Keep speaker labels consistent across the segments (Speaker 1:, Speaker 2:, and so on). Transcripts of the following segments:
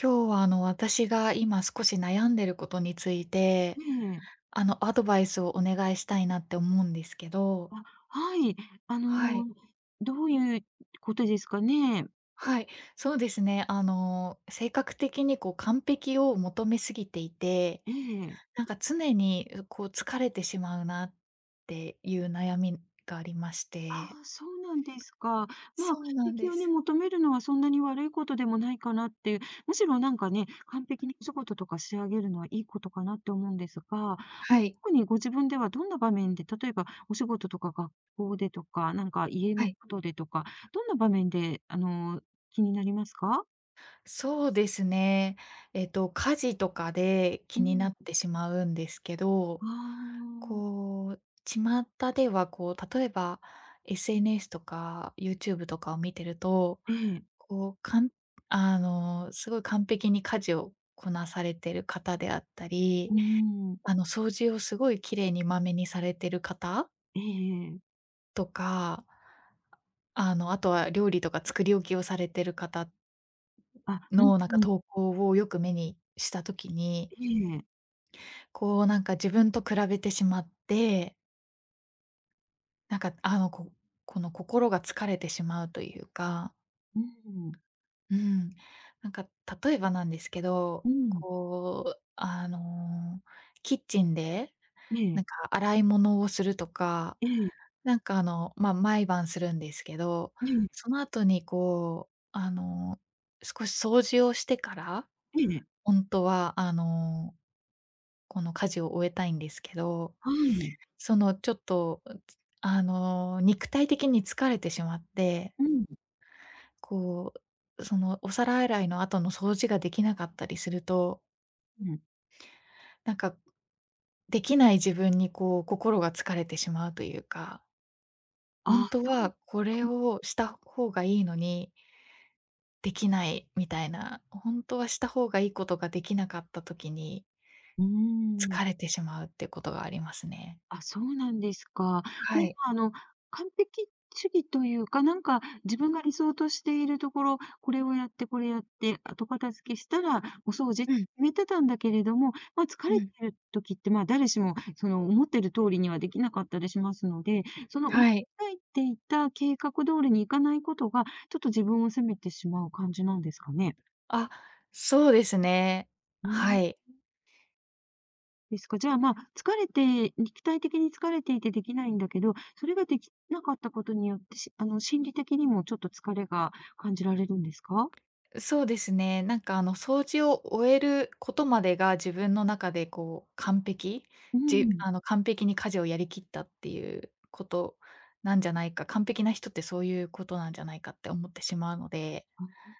Speaker 1: 今日は私が今少し悩んでることについ
Speaker 2: え
Speaker 1: て、
Speaker 2: え。
Speaker 1: アドバイスをお願いしたいなって思うんですけど。
Speaker 2: あ、はい。あ
Speaker 1: はい。
Speaker 2: の、どういうことですかね？
Speaker 1: はい。そうですね。性格的にこう完璧を求めすぎていて、
Speaker 2: ええ。
Speaker 1: なんか常にこう疲れてしまうなっていう悩みがありまし
Speaker 2: あ
Speaker 1: て。
Speaker 2: あ、そうなんですか。まあ、完
Speaker 1: そうなん
Speaker 2: 璧
Speaker 1: で
Speaker 2: をね、
Speaker 1: す。
Speaker 2: 求めるのはそんなに悪いことでもないかなっていう、むしろなんかね、完璧にお仕事とか仕上げるのはいいことかなって思うんですが、
Speaker 1: はい。
Speaker 2: 特にご自分ではどんな場面で、例えばお仕事とか学校でとか、なんか家
Speaker 1: は
Speaker 2: の
Speaker 1: い。
Speaker 2: ことでとか、どんな場面で、気になりますか？
Speaker 1: そうですね。家事とかで
Speaker 2: う
Speaker 1: 気にな
Speaker 2: ん。
Speaker 1: ってしまうんですけど、
Speaker 2: ああ、
Speaker 1: こう、巷では、こう、例えば SNS とか YouTube とかを見てると、
Speaker 2: ええ。
Speaker 1: こう、かんあの、すごい完璧に家事をこなされてる方であったり、
Speaker 2: うん。
Speaker 1: 掃除をすごい綺麗にまめにされてる方
Speaker 2: ええ
Speaker 1: とか、あとは料理とか作り置きをされてる方
Speaker 2: あ、うん
Speaker 1: の、なんか、
Speaker 2: うん。
Speaker 1: 投稿をよく目にした時に、
Speaker 2: ええ。
Speaker 1: こう、なんか、自分と比べてしまって、なんか、この心が疲れてしまうというか、
Speaker 2: うん。
Speaker 1: うん。なんか例えばなんですけど、
Speaker 2: うん。
Speaker 1: こう、キッチンで、
Speaker 2: え
Speaker 1: なんか
Speaker 2: え。
Speaker 1: 洗い物をするとか、
Speaker 2: ええ。
Speaker 1: まあ、毎晩するんですけど、
Speaker 2: ええ。
Speaker 1: その後にこう、少し掃除をしてから、
Speaker 2: ええ。
Speaker 1: 本当はこの家事を終えたいんですけど、
Speaker 2: はい。
Speaker 1: そのちょっと、肉体的に疲れてしまって、
Speaker 2: うん、
Speaker 1: こう、そのお皿洗いの後の掃除ができなかったりすると、
Speaker 2: うん。
Speaker 1: なんかできない自分にこう心が疲れてしまうというか、本
Speaker 2: あ
Speaker 1: 当
Speaker 2: そうで
Speaker 1: は
Speaker 2: す
Speaker 1: こ
Speaker 2: か。
Speaker 1: れをした方がいいのにできないみたいな、本当はした方がいいことができなかった時に
Speaker 2: ううーん。
Speaker 1: 疲れてしまうってことがありますね。
Speaker 2: あ、そうなんですか。じ
Speaker 1: は
Speaker 2: ゃ
Speaker 1: い。
Speaker 2: あ、完璧主義というか、なんか自分が理想としているところ、これをやってこれやって、後片付けしたらお掃除っ
Speaker 1: う
Speaker 2: て
Speaker 1: ん、
Speaker 2: 決めてたんだけれども、まあ、疲
Speaker 1: う
Speaker 2: れて
Speaker 1: ん。
Speaker 2: る時って、まあ、誰しもその思ってる通りにはできなかったりしますので、その思い
Speaker 1: はい。
Speaker 2: 描いていた計画通りにいかないことが、ちょっと自分を責めてしまう感じなんですかね？
Speaker 1: あ、そうですね。
Speaker 2: う
Speaker 1: は
Speaker 2: ん。
Speaker 1: い。
Speaker 2: ですか。じゃあ、まあ、疲れて肉体的に疲れていてできないんだけど、それができなかったことによって、しあの、心理的にもちょっと疲れが感じられるんですか？
Speaker 1: そうですね。掃除を終えることまでが自分の中でこう完璧、
Speaker 2: う
Speaker 1: じ
Speaker 2: ん。
Speaker 1: あの完璧に家事をやりきったっていうことなんじゃないか、完璧な人ってそういうことなんじゃないかって思ってしまうので、
Speaker 2: あ、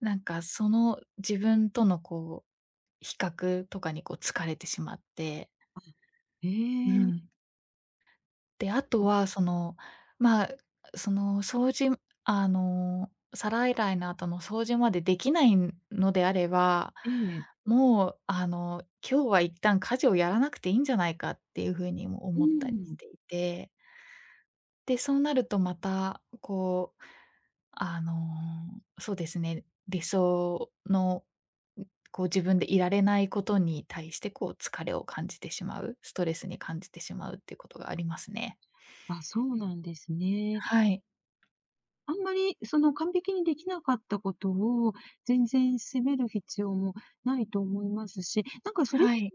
Speaker 1: なんかその自分とのこう比較とかにこう疲れてしまって、
Speaker 2: え
Speaker 1: う
Speaker 2: え。
Speaker 1: ん。で、あとはその、まあ、その掃除あの、皿洗いの後の掃除までできないのであれば、
Speaker 2: ええ。
Speaker 1: もう今日は一旦家事をやらなくていいんじゃないかっていう風にも
Speaker 2: う
Speaker 1: 思ったりし
Speaker 2: ん。
Speaker 1: ていて、で、そうなるとまたこう、あの、そうですね、理想の、こう自分でいられないことに対してこう疲れを感じてしまう、ストレスに感じてしまうっていうことがありますね。
Speaker 2: あ、そうなんですね。
Speaker 1: はい。
Speaker 2: あんまり、その、完璧にできなかったことを全然責める必要もないと思いますし、なんかそれ
Speaker 1: はい。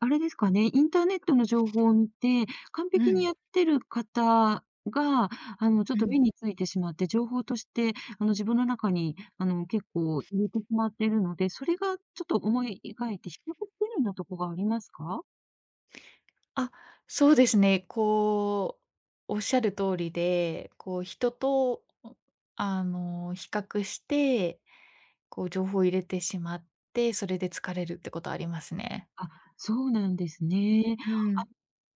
Speaker 2: あれですかね、インターネットの情報を見て、完
Speaker 1: う
Speaker 2: 璧に
Speaker 1: ん、
Speaker 2: やってる方が、ちょっ
Speaker 1: う
Speaker 2: と目
Speaker 1: ん。
Speaker 2: についてしまって、情報として、自分の中に、結構入れてしまっているので、それがちょっと思い描いて比較してるようなとこがありますか？
Speaker 1: あ、そうですね。こう、おっしゃる通りで、こう、人と、比較して、こう、情報を入れてしまって、それで疲れるってことありますね。
Speaker 2: あ、そうなんですね。
Speaker 1: うん。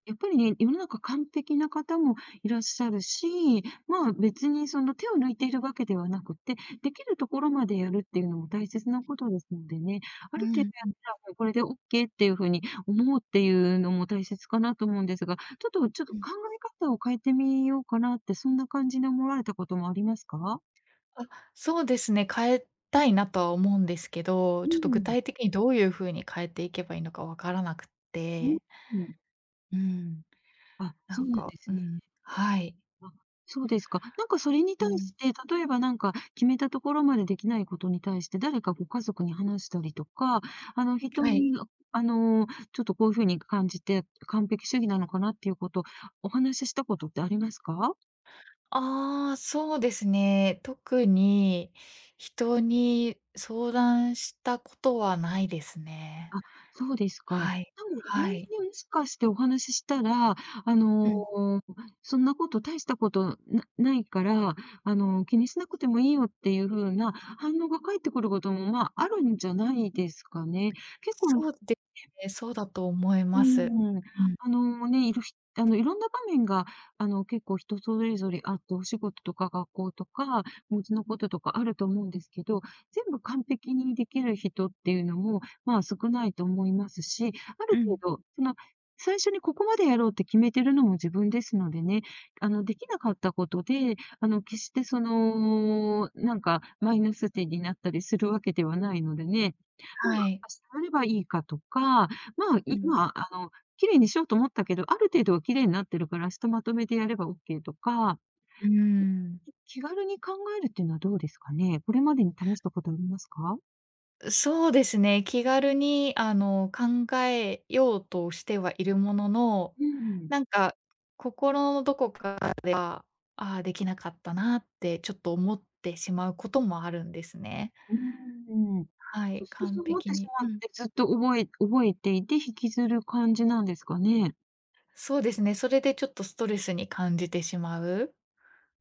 Speaker 2: やっぱりね、世の中完璧な方もいらっしゃるし、まあ、別にその手を抜いているわけではなくて、できるところまでやるっていうのも大切なことですのでね、あ
Speaker 1: う
Speaker 2: る程度や
Speaker 1: ん、う
Speaker 2: っ
Speaker 1: ん、
Speaker 2: たらもうこれで OK っていうふうに思うっていうのも大切かなと思うんですが、ちょっと
Speaker 1: うん。
Speaker 2: 考え方を変えてみようかなって、そんな感じで思われたこともありますか？
Speaker 1: あ、そうですね、変えたいなとは思うんですけど、
Speaker 2: う
Speaker 1: ちょっと具
Speaker 2: ん。
Speaker 1: 体的にどういう風に変えていけばいいのかわからなくっ
Speaker 2: う
Speaker 1: て。
Speaker 2: ん、うん。
Speaker 1: うん、
Speaker 2: あ、
Speaker 1: な
Speaker 2: そ
Speaker 1: ん
Speaker 2: うなん
Speaker 1: か、
Speaker 2: で
Speaker 1: う
Speaker 2: すね。
Speaker 1: ん、はい。
Speaker 2: あ、そうですか。なんかそれに
Speaker 1: う
Speaker 2: 対
Speaker 1: ん、
Speaker 2: して、例えばなんか決めたところまでできないことに対して、誰かご家族に話したりとか、あの人
Speaker 1: はい。
Speaker 2: に、あの、ちょっとこういうふうに感じて、完璧主義なのかなっていうこと、お話ししたことってありますか？
Speaker 1: ああ、そうですね。特に人に相談したことはないですね。
Speaker 2: あ、そうですか。多
Speaker 1: はい。
Speaker 2: 分イベント
Speaker 1: はい。
Speaker 2: でもしかしてお話ししたら、あ
Speaker 1: う
Speaker 2: の、
Speaker 1: ん。
Speaker 2: そんなこと大したことなないから、気にしなくてもいいよっていう風な反応が返ってくることも、まあ、あるんじゃないですかね。結構
Speaker 1: そうですね、そうだと思い
Speaker 2: う
Speaker 1: ます。
Speaker 2: ーん、
Speaker 1: うん。
Speaker 2: あのね、いろひあの、いろんな場面が、結構人それぞれあって、お仕事とか学校とか、お家のこととかあると思うんですけど、全部完璧にできる人っていうのも、まあ、少ないと思いますし、あ
Speaker 1: う
Speaker 2: る
Speaker 1: ん。
Speaker 2: 程度、その、最初にここまでやろうって決めてるのも自分ですのでね、できなかったことで、決してその、なんかマイナス点になったりするわけではないのでね、今、あ、
Speaker 1: はい。
Speaker 2: あればいいかとか、まあ、
Speaker 1: うん。
Speaker 2: 今、綺麗にしようと思ったけど、ある程度は綺麗になってるから、ひとまとめでやればオッケーとか、
Speaker 1: うーん。
Speaker 2: 気軽に考えるっていうのはどうですかね？これまでに試したことありますか？
Speaker 1: そうですね、気軽に考えようとしてはいるものの、
Speaker 2: うん、
Speaker 1: なんか心のどこかでは、ああ、できなかったなってちょっと思ってしまうこともあるんですね。
Speaker 2: うーん。
Speaker 1: は
Speaker 2: そ
Speaker 1: い、
Speaker 2: うすると
Speaker 1: 完
Speaker 2: そう思っ
Speaker 1: 璧
Speaker 2: てし
Speaker 1: に。う
Speaker 2: まっ
Speaker 1: ん。
Speaker 2: て、ずっと覚えていて、引きずる感じなんですかね？
Speaker 1: そうですね、それでちょっとストレスに感じてしまうっ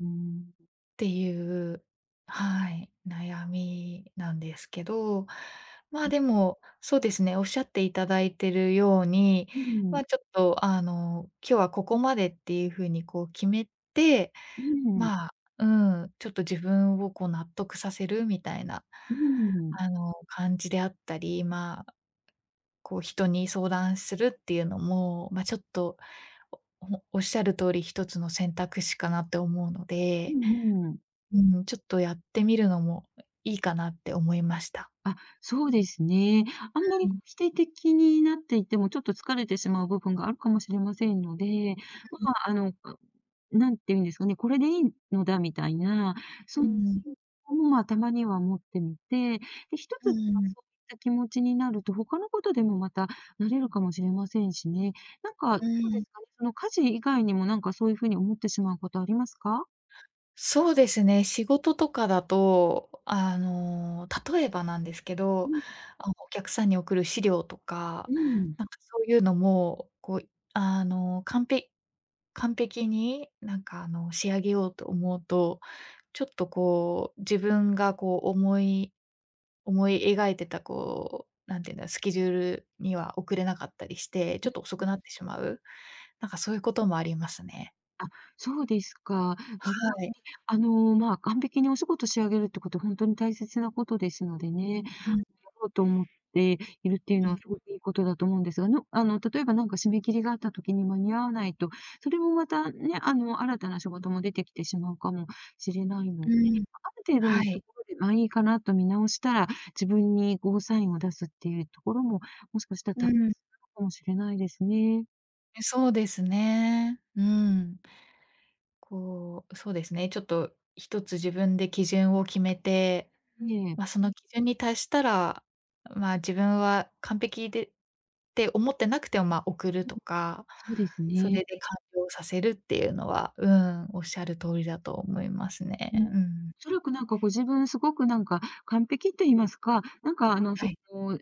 Speaker 2: うーん。
Speaker 1: ていう、はい、悩みなんですけど、まあ、でも、そうですね、おっしゃっていただいてるように、
Speaker 2: う
Speaker 1: ま
Speaker 2: ん、
Speaker 1: あ、ちょっと、今日はここまでっていうふうにこう決めて、
Speaker 2: うん、うん、
Speaker 1: まあ、うん、ちょっと自分をこう納得させるみたいな、感じであったり、まあ、こう人に相談するっていうのも、ま、ちょっとおっしゃる通り、一つの選択肢かなって思うの
Speaker 2: う
Speaker 1: で、
Speaker 2: ん、うん。
Speaker 1: うん、ちょっとやってみるのもいいかなって思いました。
Speaker 2: あ、そうですね。あんま
Speaker 1: う
Speaker 2: り
Speaker 1: ん。
Speaker 2: 否定的になっていても、ちょっと疲れてしまう部分があるかもしれませんので、まあ、なんて言うんですかね、これでいいのだみたいな、
Speaker 1: う
Speaker 2: そんな
Speaker 1: ん、うん、
Speaker 2: 心配も、まあ、たまには持ってみて、で、一
Speaker 1: う
Speaker 2: つ、そういっ
Speaker 1: ん、うん、
Speaker 2: た気持ちになると、他のことでもまたなれるかもしれませんしね。なんか、どうですかね、その家事以外にもなんかそういうふうに思ってしまうことありますか？
Speaker 1: そうですね、仕事とかだと、例えばなんですけ
Speaker 2: う
Speaker 1: ど、
Speaker 2: ん
Speaker 1: お客さんに送る資料とか、
Speaker 2: うん
Speaker 1: なんかそういうのも、こう、完璧に仕上げようと思うとちょっとこう、自分がこう思い描いてたこう、なんていうんだ、スケジュールには遅れなかったりして、ちょっと遅くなってしまう、なんかそういうこともありますね。
Speaker 2: そうですか。
Speaker 1: は
Speaker 2: なるほど
Speaker 1: い。
Speaker 2: ね。まあ、完璧にお仕事仕上げるってこと、ほんとに大切なことですのでね、や
Speaker 1: うん、
Speaker 2: ろうと思っているっていう
Speaker 1: う
Speaker 2: のは
Speaker 1: ん、
Speaker 2: すごくいいことだと思うんですが、のあの、例えばなんか締め切りがあった時に間に合わないと、それもまたね、新たな仕事も出てきてしまうかもしれないの
Speaker 1: う
Speaker 2: で、
Speaker 1: ん。
Speaker 2: まある程度
Speaker 1: は
Speaker 2: のと
Speaker 1: い。
Speaker 2: ころで、まあ、いいかなと見直したら、自分にゴーサインを出すっていうところも、もしかしたら
Speaker 1: う
Speaker 2: 大切
Speaker 1: ん。
Speaker 2: なのかもしれないですね。
Speaker 1: そうですね。うん。こう、そうですね、ちょっと一つ自分で基準を決めて、
Speaker 2: ええ、
Speaker 1: まあ、その基準に達したら、まあ、自分は完璧でって思ってなくても、まあ、送るとか、
Speaker 2: そうです
Speaker 1: それ
Speaker 2: ね。
Speaker 1: で完了させるっていうのは、うん、おっしゃる通りだと思います
Speaker 2: うん、
Speaker 1: ね。
Speaker 2: お
Speaker 1: うん。
Speaker 2: そらくなんかご自分すごくなんか完璧と言いますか、なんか
Speaker 1: はい。
Speaker 2: の、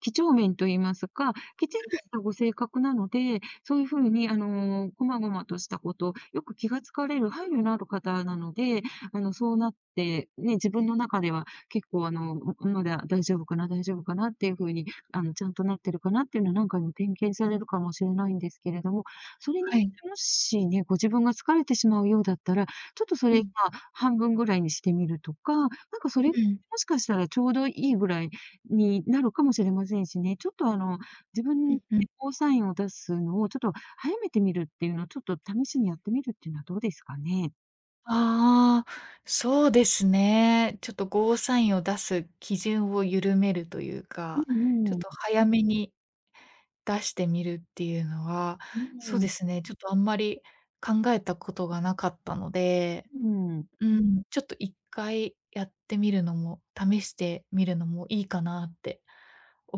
Speaker 2: 几帳面と言いますか、きちんとしたご性格なので、そういうふうにこまごまとしたこと、よく気がつかれる配慮のある方なので、そうなって、ね、自分の中では結構まだ大丈夫かな大丈夫かなっていうふうに、ちゃんとなってるかなっていうのはなんか今点検されるかもしれないんですけれども、それに
Speaker 1: は
Speaker 2: も
Speaker 1: い。
Speaker 2: しね、ご自分が疲れてしまうようだったら、ちょっとそ
Speaker 1: う
Speaker 2: れ今
Speaker 1: ん、
Speaker 2: 半分ぐらいにしてみるとか、なんかそれ、も
Speaker 1: うん、
Speaker 2: しかしたらちょうどいいぐらいになるかもしれませんしね、ちょっと自
Speaker 1: う
Speaker 2: 分で
Speaker 1: んうん。
Speaker 2: コールサインを出すのをちょっと早めてみるっていうのをちょっと試しにやってみるっていうのはどうですかね？
Speaker 1: ああ、そうですね。ちょっとゴーサインを出す基準を緩めるという
Speaker 2: う
Speaker 1: か、ちょ
Speaker 2: ん
Speaker 1: っ
Speaker 2: うん。
Speaker 1: と早めに出してみるっていうのは、
Speaker 2: う
Speaker 1: そう
Speaker 2: ん。
Speaker 1: ですね、ちょっとあんまり考えたことがなかったので、
Speaker 2: うん。
Speaker 1: うん、ちょっと一回やってみるのも、試してみるのもいいかなって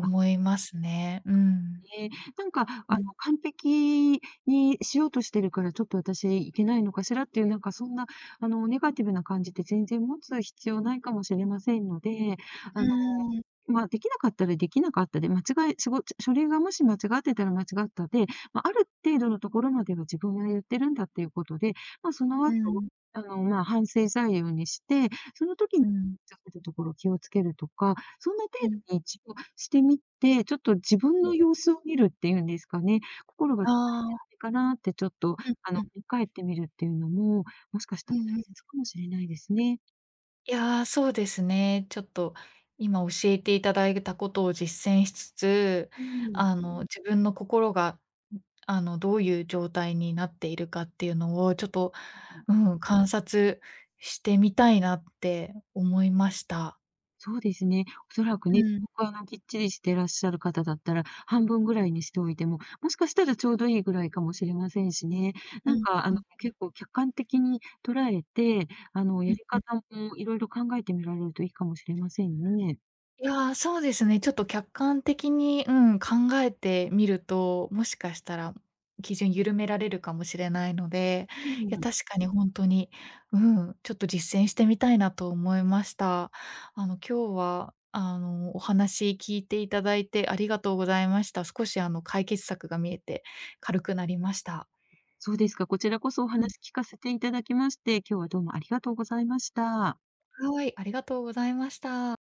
Speaker 2: あ、
Speaker 1: いますね。うん。
Speaker 2: ね、なんか
Speaker 1: うん。
Speaker 2: 完璧にしようとしてるからちょっと私いけないのかしらっていう、なんかそんなネガティブな感じって全然持つ必要ないかもしれませんので、
Speaker 1: う
Speaker 2: あ
Speaker 1: ーん、
Speaker 2: まあ、できなかったらできなかったで、間違いしご書類がもし間違ってたら間違ったで、まあ、ある程度のところまでは自分がやってるんだっていうことで、まあ、その
Speaker 1: う
Speaker 2: 後、
Speaker 1: ん、
Speaker 2: まあ、反省材料にして、その時に
Speaker 1: うん、
Speaker 2: ちょっとところ気をつけるとか、そんな程
Speaker 1: うん、
Speaker 2: 度に一応してみて、ちょっと自分
Speaker 1: うん。
Speaker 2: の様子を見るっていうんですかね、心が疲れ
Speaker 1: ああ、
Speaker 2: てるかなってちょっと、
Speaker 1: うんうん、
Speaker 2: 振り返ってみるっていうのも、もしかした
Speaker 1: う
Speaker 2: ら
Speaker 1: んう
Speaker 2: 大
Speaker 1: ん。
Speaker 2: 切かもしれないですね。
Speaker 1: いやー、そうですね。ちょっと今教えていただいたことを実践しつつ、
Speaker 2: うん。
Speaker 1: 自分の心が、どういう状態になっているかっていうのをちょっと、うん、観察してみたいなって思いました。
Speaker 2: そうですね。おそらく
Speaker 1: う
Speaker 2: ね、す
Speaker 1: ん、
Speaker 2: ごくきっちりしてらっしゃる方だったら、半分ぐらいにしておいても、もしかしたらちょうどいいぐらいかもしれませんしね。
Speaker 1: う
Speaker 2: なん
Speaker 1: ん、
Speaker 2: か
Speaker 1: うん、
Speaker 2: 結構客観的に捉えて、
Speaker 1: う
Speaker 2: やり
Speaker 1: ん。
Speaker 2: 方もいろいろ考えてみられるといいかもしれませんね。
Speaker 1: いやー、そうですね。ちょっと客観的に、うん、考えてみると、もしかしたら基準緩められるかもしれないので、
Speaker 2: う
Speaker 1: いや、
Speaker 2: ん。
Speaker 1: 確かに本当に、うん、ちょっと実践してみたいなと思いました。今日は、お話聞いていただいてありがとうございました。少し、解決策が見えて軽くなりました。
Speaker 2: そうですか。こちらこそお
Speaker 1: う
Speaker 2: 話聞かせていただきまして、今日はどうもありがとうございました。
Speaker 1: ん、はい、ありがとうございました。